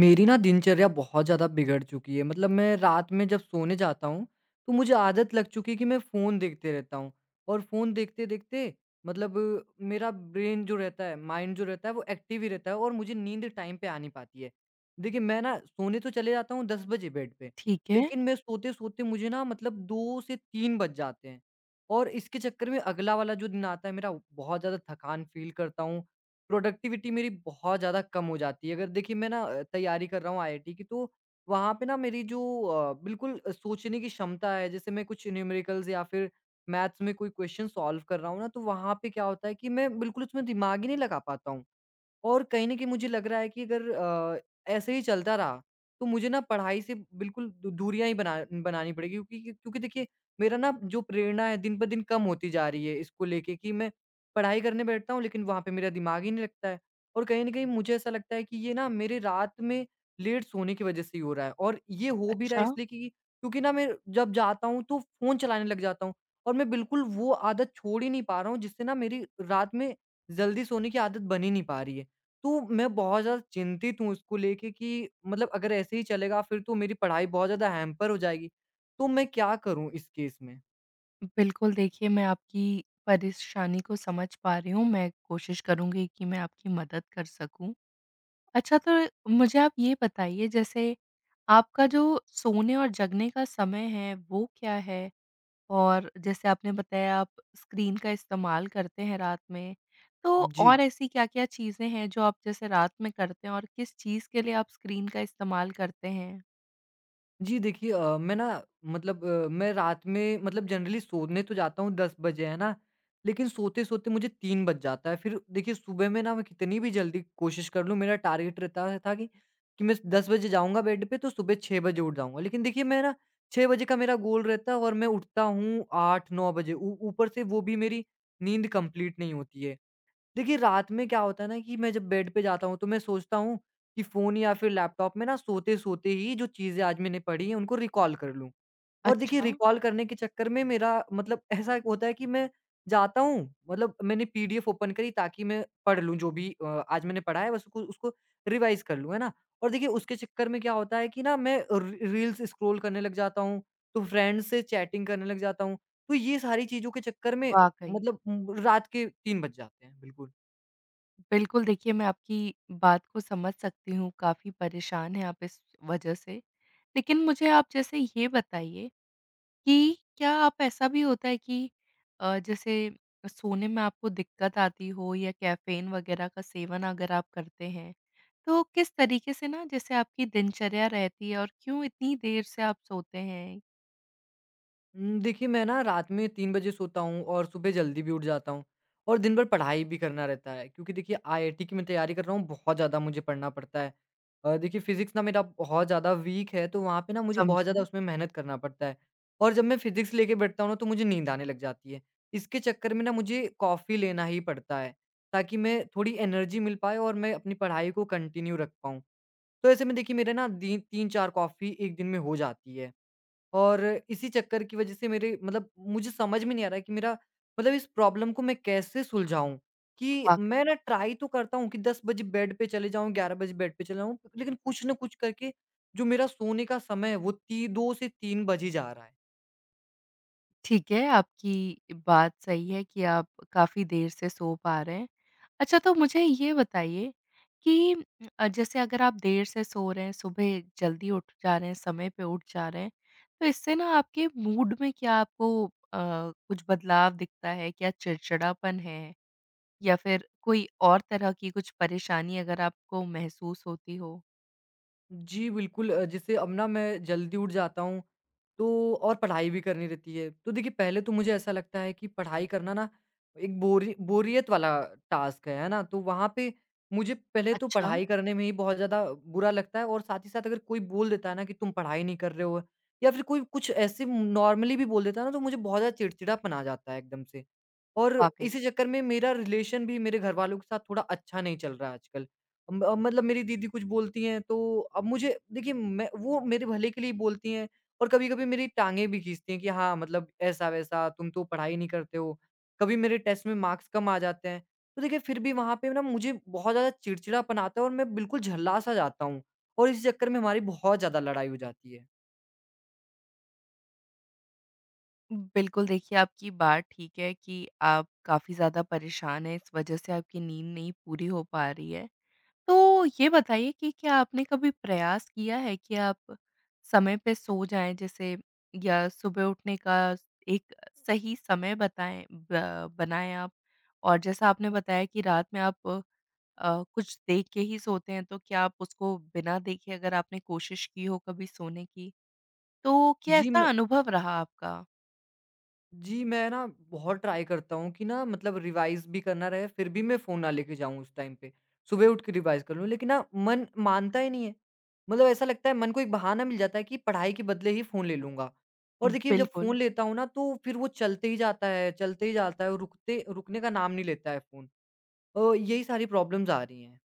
मेरी ना दिनचर्या बहुत ज़्यादा बिगड़ चुकी है, मतलब मैं रात में जब सोने जाता हूँ तो मुझे आदत लग चुकी है कि मैं फ़ोन देखते रहता हूँ। और फ़ोन देखते देखते, मतलब मेरा ब्रेन जो रहता है, माइंड जो रहता है, वो एक्टिव ही रहता है और मुझे नींद टाइम पे आ नहीं पाती है। देखिए, मैं ना सोने तो चले जाता हूँ 10 बजे बेड पे। ठीक है। लेकिन मैं सोते सोते मुझे ना, मतलब 2 से 3 बज जाते हैं। और इसके चक्कर में अगला वाला जो दिन आता है, मेरा बहुत ज़्यादा थकान फील करता हूँ। प्रोडक्टिविटी मेरी बहुत ज़्यादा कम हो जाती है। अगर देखिए, मैं ना तैयारी कर रहा हूँ आईआईटी की, तो वहाँ पे ना मेरी जो बिल्कुल सोचने की क्षमता है, जैसे मैं कुछ न्यूमेरिकल्स या फिर मैथ्स में कोई क्वेश्चन सॉल्व कर रहा हूँ ना, तो वहाँ पे क्या होता है कि मैं बिल्कुल उसमें दिमाग ही नहीं लगा पाता हूँ। और कहीं न कहीं मुझे लग रहा है कि अगर ऐसे ही चलता रहा, तो मुझे ना पढ़ाई से बिल्कुल दू दूरियाँ ही बनानी पड़ेगी, क्योंकि क्योंकि देखिए, मेरा ना जो प्रेरणा है दिन-ब-दिन कम होती जा रही है, इसको लेके कि मैं पढ़ाई करने बैठता हूँ लेकिन वहाँ पे मेरा दिमाग ही नहीं लगता है। और कहीं न कहीं मुझे ऐसा लगता है कि ये ना मेरे रात में लेट सोने की वज़ह से ही हो रहा है, और ये हो भी रहा है अच्छा, इसलिए कि क्योंकि ना मैं जब जाता हूँ तो फ़ोन चलाने लग जाता हूँ। और मैं बिल्कुल वो आदत छोड़ ही नहीं पा रहा हूँ, जिससे ना मेरी रात में जल्दी सोने की आदत बन ही नहीं पा रही है। तो मैं बहुत ज़्यादा चिंतित हूँ इसको लेके कि, मतलब अगर ऐसे ही चलेगा फिर तो मेरी पढ़ाई बहुत ज़्यादा हैम्पर हो जाएगी। तो मैं क्या करूँ इस केस में? बिल्कुल देखिए मैं आपकी परेशानी को समझ पा रही हूँ, मैं कोशिश करूँगी कि मैं आपकी मदद कर सकूँ। अच्छा, तो मुझे आप ये बताइए, जैसे आपका जो सोने और जगने का समय है वो क्या है? और जैसे आपने बताया आप स्क्रीन का इस्तेमाल करते हैं रात में, तो जी। और ऐसी क्या-क्या चीज़ें हैं जो आप जैसे रात में करते हैं और किस चीज़ के लिए आप स्क्रीन का इस्तेमाल करते हैं? जी, देखिए मैं ना, मतलब मैं रात में, मतलब जनरली सोने तो जाता हूँ 10 बजे, है ना, लेकिन सोते-सोते मुझे 3 बज जाता है। फिर देखिए, सुबह में ना मैं कितनी भी जल्दी कोशिश कर लूँ, मेरा टारगेट रहता था कि मैं 10 बजे जाऊँगा बेड पे तो सुबह 6 बजे उठ जाऊँगा। लेकिन देखिए, मैं ना 6 बजे का मेरा गोल रहता है और मैं उठता हूँ 8-9 बजे। ऊ ऊपर से वो भी मेरी नींद कंप्लीट नहीं होती है। देखिए, रात में क्या होता है ना कि मैं जब बेड पे जाता हूँ, तो मैं सोचता हूँ कि फ़ोन या फिर लैपटॉप में ना सोते-सोते ही जो चीज़ें आज मैंने पढ़ी हैं, उनको रिकॉल कर लूँ। और देखिए, अच्छा, रिकॉल करने के चक्कर में मेरा, मतलब ऐसा होता है कि मैं जाता हूँ, मतलब मैंने पीडीएफ ओपन करी ताकि मैं पढ़ लूँ जो भी आज मैंने पढ़ा है, बस उसको उसको रिवाइज़ कर लूँ, है ना? और देखिए, उसके चक्कर में क्या होता है कि ना मैं री रील्स स्क्रॉल करने लग जाता हूँ, तो फ्रेंड्स से चैटिंग करने लग जाता हूँ। तो ये सारी चीज़ों के चक्कर में वाक़ई। मतलब रात के 3 बज जाते हैं। बिल्कुल। बिल्कुल, देखिए मैं आपकी बात को समझ सकती हूँ, काफ़ी परेशान हैं आप इस वजह से। लेकिन मुझे आप जैसे ये बताइए कि क्या आप ऐसा भी होता है कि जैसे सोने में आपको दिक्कत आती हो या कैफ़ीन वग़ैरह का सेवन अगर आप करते हैं, तो किस तरीके से ना जैसे आपकी दिनचर्या रहती है और क्यों इतनी देर से आप सोते हैं? देखिए, मैं ना रात में 3 बजे सोता हूँ और सुबह जल्दी भी उठ जाता हूँ और दिन भर पढ़ाई भी करना रहता है, क्योंकि देखिए आईआईटी की मैं तैयारी कर रहा हूँ, बहुत ज़्यादा मुझे पढ़ना पड़ता है। देखिए, फिज़िक्स ना मेरा बहुत ज़्यादा वीक है, तो वहाँ पे ना मुझे बहुत ज़्यादा समझिए। उसमें मेहनत करना पड़ता है, और जब मैं फिज़िक्स लेके बैठता हूँ ना, तो मुझे नींद आने लग जाती है। इसके चक्कर में ना मुझे कॉफ़ी लेना ही पड़ता है, ताकि मैं थोड़ी एनर्जी मिल पाए और मैं अपनी पढ़ाई को कंटिन्यू रख पाऊँ। तो ऐसे में देखिए, मेरे ना दी 3-4 कॉफ़ी 1 दिन में हो जाती है। और इसी चक्कर की वजह से मेरे, मतलब मुझे समझ में नहीं आ रहा है कि मेरा, मतलब इस प्रॉब्लम को मैं कैसे सुलझाऊँ? कि वाक़ई। मैं ना ट्राई तो करता हूँ कि 10 बजे बेड पे चले जाऊँ, 11 बजे बेड पे चले जाऊँ, लेकिन कुछ न कुछ करके जो मेरा सोने का समय है वो ती 2 से 3 बज ही जा रहा है। ठीक है, आपकी बात सही है कि आप काफ़ी देर से सो पा रहे हैं। अच्छा, तो मुझे ये बताइए कि जैसे अगर आप देर से सो रहे हैं, सुबह जल्दी उठ जा रहे हैं, समय पे उठ जा रहे हैं, तो इससे ना आपके मूड में क्या आपको अ, कुछ बदलाव दिखता है? क्या चिड़चिड़ापन है या फिर कोई और तरह की कुछ परेशानी अगर आपको महसूस होती हो? जी, बिल्कुल, जैसे अब ना मैं जल्दी उठ जाता हूँ, तो और पढ़ाई भी करनी रहती है। तो देखिए, पहले तो मुझे ऐसा लगता है कि पढ़ाई करना ना एक बोरी बोरियत वाला टास्क है ना? तो वहाँ पे मुझे पहले तो अच्छा, पढ़ाई करने में ही बहुत ज़्यादा बुरा लगता है, और साथ ही साथ अगर कोई बोल देता है ना कि तुम पढ़ाई नहीं कर रहे हो, या फिर कोई कुछ ऐसे नॉर्मली भी बोल देता है ना, तो मुझे बहुत ज़्यादा चिड़चिड़ापन आ जाता है एकदम से। और वाक़ई। इसी चक्कर में मेरा रिलेशन भी मेरे घर वालों के साथ थोड़ा अच्छा नहीं चल रहा है आजकल। मतलब मेरी दीदी कुछ बोलती हैं, तो अब मुझे देखिए, मैं वो मेरे भले के लिए बोलती हैं और कभी-कभी मेरी टाँगें भी खींचती हैं कि हाँ, मतलब ऐसा-वैसा तुम तो पढ़ाई नहीं करते हो। कभी मेरे टेस्ट में मार्क्स कम आ जाते हैं। तो देखिए, फिर भी वहाँ पे ना मुझे बहुत ज़्यादा चिड़चिड़ापन आता है और मैं बिल्कुल झल्ला-सा जाता हूँ और इस चक्कर में हमारी बहुत ज़्यादा लड़ाई हो जाती है। बिल्कुल, देखिए आपकी बात ठीक है कि आप काफ़ी ज़्यादा परेशान हैं, इस वजह से आपकी नींद नहीं पूरी हो पा रही है। तो ये बताइए कि क्या आपने कभी प्रयास किया है कि आप समय पे सो जाएँ, जैसे या सुबह उठने का एक सही समय बताएँ ब बनाएँ आप? और जैसा आपने बताया कि रात में आप कुछ देख के ही सोते हैं, तो क्या आप उसको बिना देखे अगर आपने कोशिश की हो कभी सोने की, तो क्या जी, ऐसा मैं अनुभव रहा आपका? जी, मैं ना बहुत ट्राई करता हूँ कि ना, मतलब रिवाइज़ भी करना रहे, फिर भी मैं फ़ोन ना लेके जाऊँ उस टाइम पे। सुबह उठ के रिवाइज़ कर लूँ, लेकिन ना मन मानता ही नहीं है। मतलब ऐसा लगता है मन को एक बहाना मिल जाता है कि पढ़ाई के बदले ही फ़ोन ले लूँगा। और देखिए, जब बिल्कुल। फ़ोन लेता हूँ ना तो फिर वो चलते ही जाता है, चलते ही जाता है और रुकते रुकने का नाम नहीं लेता है फ़ोन। यही सारी प्रॉब्लम्स आ रही हैं।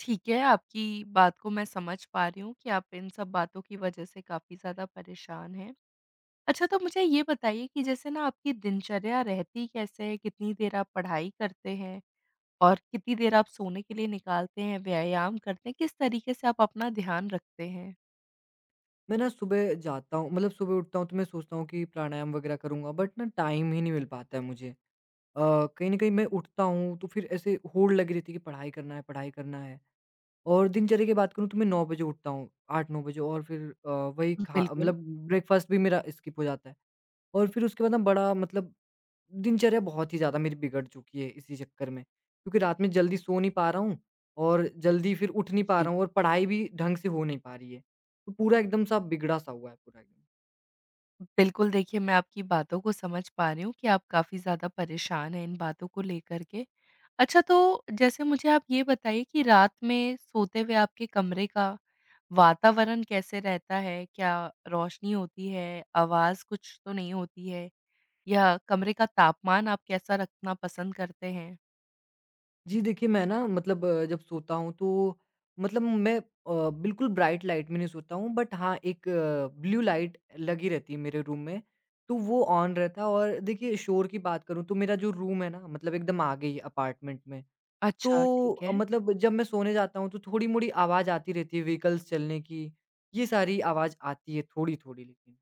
ठीक है, आपकी बात को मैं समझ पा रही हूँ कि आप इन सब बातों की वज़ह से काफ़ी ज़्यादा परेशान हैं। अच्छा, तो मुझे ये बताइए कि जैसे ना आपकी दिनचर्या रहती कैसे है? कितनी देर आप पढ़ाई करते हैं? और कितनी देर आप सोने के लिए निकालते हैं, व्यायाम करते हैं? किस तरीके से आप अपना ध्यान रखते हैं? मैं ना सुबह जाता हूँ, मतलब सुबह उठता हूँ तो मैं सोचता हूँ कि प्राणायाम वगैरह करूँगा, बट ना टाइम ही नहीं मिल पाता है मुझे। अ, कहीं न कहीं मैं उठता हूँ तो फिर ऐसे होड़ लगी रहती है कि पढ़ाई करना है, पढ़ाई करना है। और दिनचर्या की बात करूँ तो मैं 9 बजे उठता हूँ, 8-9 बजे, और फिर वही खा बिल्कुल, मतलब ब्रेकफ़ास्ट भी मेरा स्किप हो जाता है। और फिर उसके बाद ना बड़ा, मतलब दिनचर्या बहुत ही ज़्यादा मेरी बिगड़ चुकी है इसी चक्कर में। क्योंकि रात में जल्दी सो नहीं पा रहा हूँ और जल्दी फिर उठ नहीं पा जी। रहा हूँ और पढ़ाई भी ढंग से हो नहीं पा रही है। तो पूरा एकदम-सा बिगड़ा-सा हुआ है पूरा एकदम। बिल्कुल, देखिए मैं आपकी बातों को समझ पा रही हूँ कि आप काफ़ी ज़्यादा परेशान हैं इन बातों को लेकर के। अच्छा, तो जैसे मुझे आप ये बताइए कि रात में सोते हुए आपके कमरे का वातावरण कैसे रहता है? क्या रोशनी होती है? आवाज़ कुछ तो नहीं होती है? या कमरे का तापमान आप कैसा रखना पसंद करते हैं? जी, देखिए, मैं ना, मतलब जब सोता हूँ तो, मतलब मैं बिल्कुल ब्राइट लाइट में नहीं सोता हूँ, बट हाँ, एक ब्लू लाइट लगी रहती है मेरे रूम में, तो वो ऑन रहता है, और देखिए शोर की बात करूँ तो मेरा जो रूम है ना, मतलब एकदम आगे ही अपार्टमेंट में, अच्छा, तो ठीक है। मतलब जब मैं सोने जाता हूँ तो थोड़ी-मोड़ी आवाज़ आती रहती है व्हीकल्स चलने की, ये सारी आवाज़ आती है थोड़ी-थोड़ी लेकिन।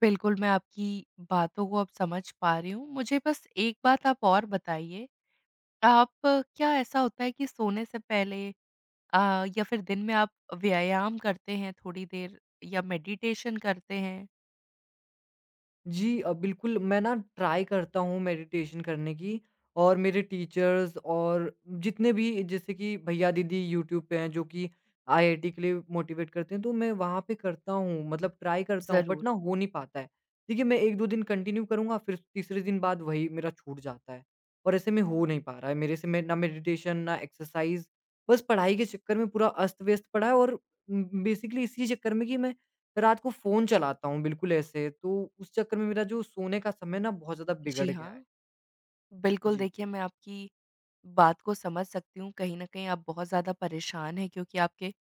बिल्कुल, मैं आपकी बातों को अब समझ पा रही हूँ। मुझे बस एक बात आप और बताइए, आप क्या ऐसा होता है कि सोने से पहले या फिर दिन में आप व्यायाम करते हैं थोड़ी देर या मेडिटेशन करते हैं? जी, बिल्कुल, मैं ना ट्राई करता हूँ मेडिटेशन करने की, और मेरे टीचर्स और जितने भी जैसे कि भैया-दीदी यूट्यूब पे हैं जो कि आईआईटी के लिए मोटिवेट करते हैं, तो मैं वहाँ पे करता हूँ, मतलब ट्राई करता हूँ, बट ज़रूर। ना हो नहीं पाता है। देखिए, मैं 1-2 दिन कंटिन्यू करूँगा फिर तीसरे दिन बाद वही मेरा छूट जाता है, और ऐसे में हो नहीं पा रहा है मेरे से। मैं ना मेडिटेशन ना एक्सरसाइज़, बस पढ़ाई के चक्कर में पूरा अस्त-व्यस्त पड़ा है, और बेसिकली इसी चक्कर में कि मैं रात को फ़ोन चलाता हूँ बिल्कुल ऐसे, तो उस चक्कर में मेरा जो सोने का समय ना बहुत ज़्यादा जी बिगड़ गया है। हाँ, बिल्कुल जी। देखिए मैं आपकी बात को समझ सकती हूँ, कहीं न कहीं आप बहुत ज़्यादा परेशान हैं क्योंकि आपके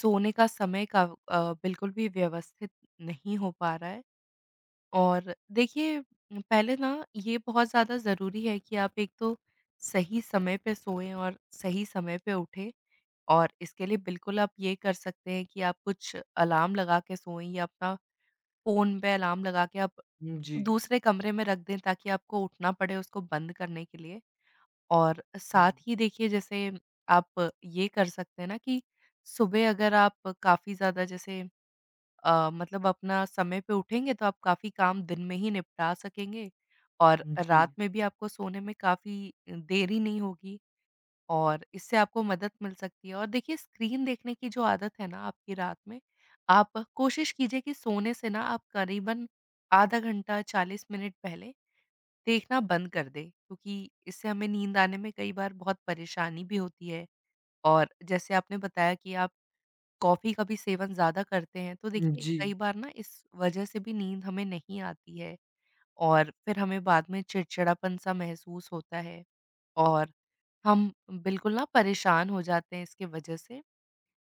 सोने का समय का बिल्कुल भी व्यवस्थित नहीं हो पा रहा है। और देखिए, पहले ना ये बहुत ज़्यादा ज़रूरी है कि आप एक तो सही समय पे सोएँ और सही समय पे उठें। और इसके लिए बिल्कुल आप ये कर सकते हैं कि आप कुछ अलार्म लगा के सोएँ या अपना फ़ोन पे अलार्म लगा के आप हुँ, जी। दूसरे कमरे में रख दें ताकि आपको उठना पड़े उसको बंद करने के लिए। और हुँ, साथ ही देखिए, जैसे आप ये कर सकते हैं ना कि सुबह अगर आप काफ़ी ज़्यादा जैसे मतलब अपना समय पे उठेंगे तो आप काफ़ी काम दिन में ही निपटा सकेंगे और जी। रात में भी आपको सोने में काफ़ी देरी नहीं होगी। और इससे आपको मदद मिल सकती है। और देखिए, स्क्रीन देखने की जो आदत है ना आपकी रात में, आप कोशिश कीजिए कि सोने से ना आप करीबन आधा घंटा 40 मिनट पहले देखना बंद कर दें, क्योंकि इससे हमें नींद आने में कई बार बहुत परेशानी भी होती है। और जैसे आपने बताया कि आप कॉफ़ी का भी सेवन ज़्यादा करते हैं, तो देखिए जी। कई बार ना इस वजह से भी नींद हमें नहीं आती है और फिर हमें बाद में चिड़चिड़ापन-सा महसूस होता है। और हम बिल्कुल ना परेशान हो जाते हैं इसकी वजह से।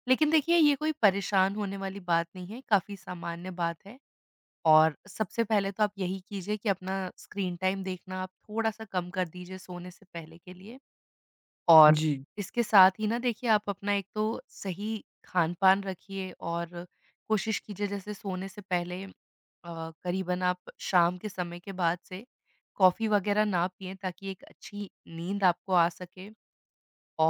लेकिन देखिए, ये कोई परेशान होने वाली बात नहीं है, काफ़ी सामान्य बात है। और सबसे पहले तो आप यही कीजिए कि अपना स्क्रीन टाइम देखना आप थोड़ा-सा कम कर दीजिए सोने से पहले के लिए। और जी। इसके साथ ही ना देखिए, आप अपना एक तो सही खान-पान रखिए और कोशिश कीजिए जैसे सोने से पहले करीबन आप शाम के समय के बाद से कॉफ़ी वग़ैरह ना पिएँ ताकि एक अच्छी नींद आपको आ सके।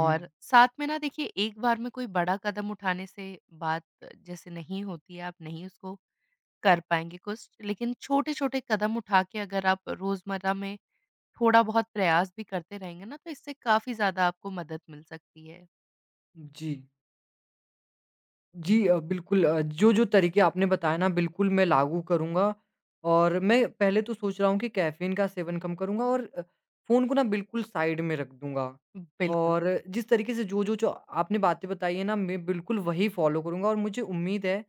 हुँ, साथ में ना देखिए, एक बार में कोई बड़ा कदम उठाने से बात जैसे नहीं होती है, आप नहीं उसको कर पाएँगे कुछ, लेकिन छोटे-छोटे कदम उठा के अगर आप रोज़मर्रा में थोड़ा बहुत प्रयास भी करते रहेंगे ना, तो इससे काफ़ी ज़्यादा आपको मदद मिल सकती है। जी। जी, बिल्कुल, जो-जो तरीके आपने बताए ना बिल्कुल मैं लागू करूँगा, और मैं पहले तो सोच रहा हूँ कि कैफ़ीन का सेवन कम करूँगा और फ़ोन को ना बिल्कुल साइड में रख दूँगा। बिल्कुल, और जिस तरीके से जो-जो जो जो आपने बातें बताई है ना, मैं बिल्कुल वही फ़ॉलो करूँगा और मुझे उम्मीद है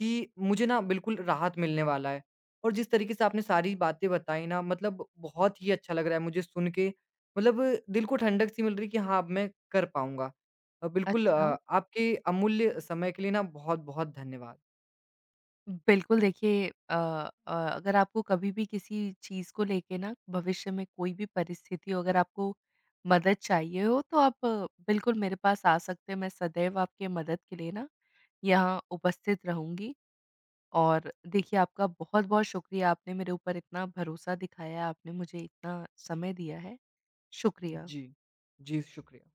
कि मुझे ना बिल्कुल राहत मिलने वाला है। और जिस तरीके से आपने सारी बातें बताई ना, मतलब बहुत ही अच्छा लग रहा है मुझे सुन के। मतलब दिल को ठंडक सी मिल रही है कि हाँ, अब मैं कर पाऊँगा। बिल्कुल, अच्छा। आपके अमूल्य समय के लिए ना बहुत-बहुत धन्यवाद। बिल्कुल देखिए, अगर आपको कभी भी किसी चीज़ को लेके ना भविष्य में कोई भी परिस्थिति हो, अगर आपको मदद चाहिए हो तो आप बिल्कुल मेरे पास आ सकते हैं। मैं सदैव आपकी मदद के लिए ना यहाँ उपस्थित रहूँगी। और देखिए, आपका बहुत-बहुत शुक्रिया, आपने मेरे ऊपर इतना भरोसा दिखाया है, आपने मुझे इतना समय दिया है। शुक्रिया। जी। जी, शुक्रिया।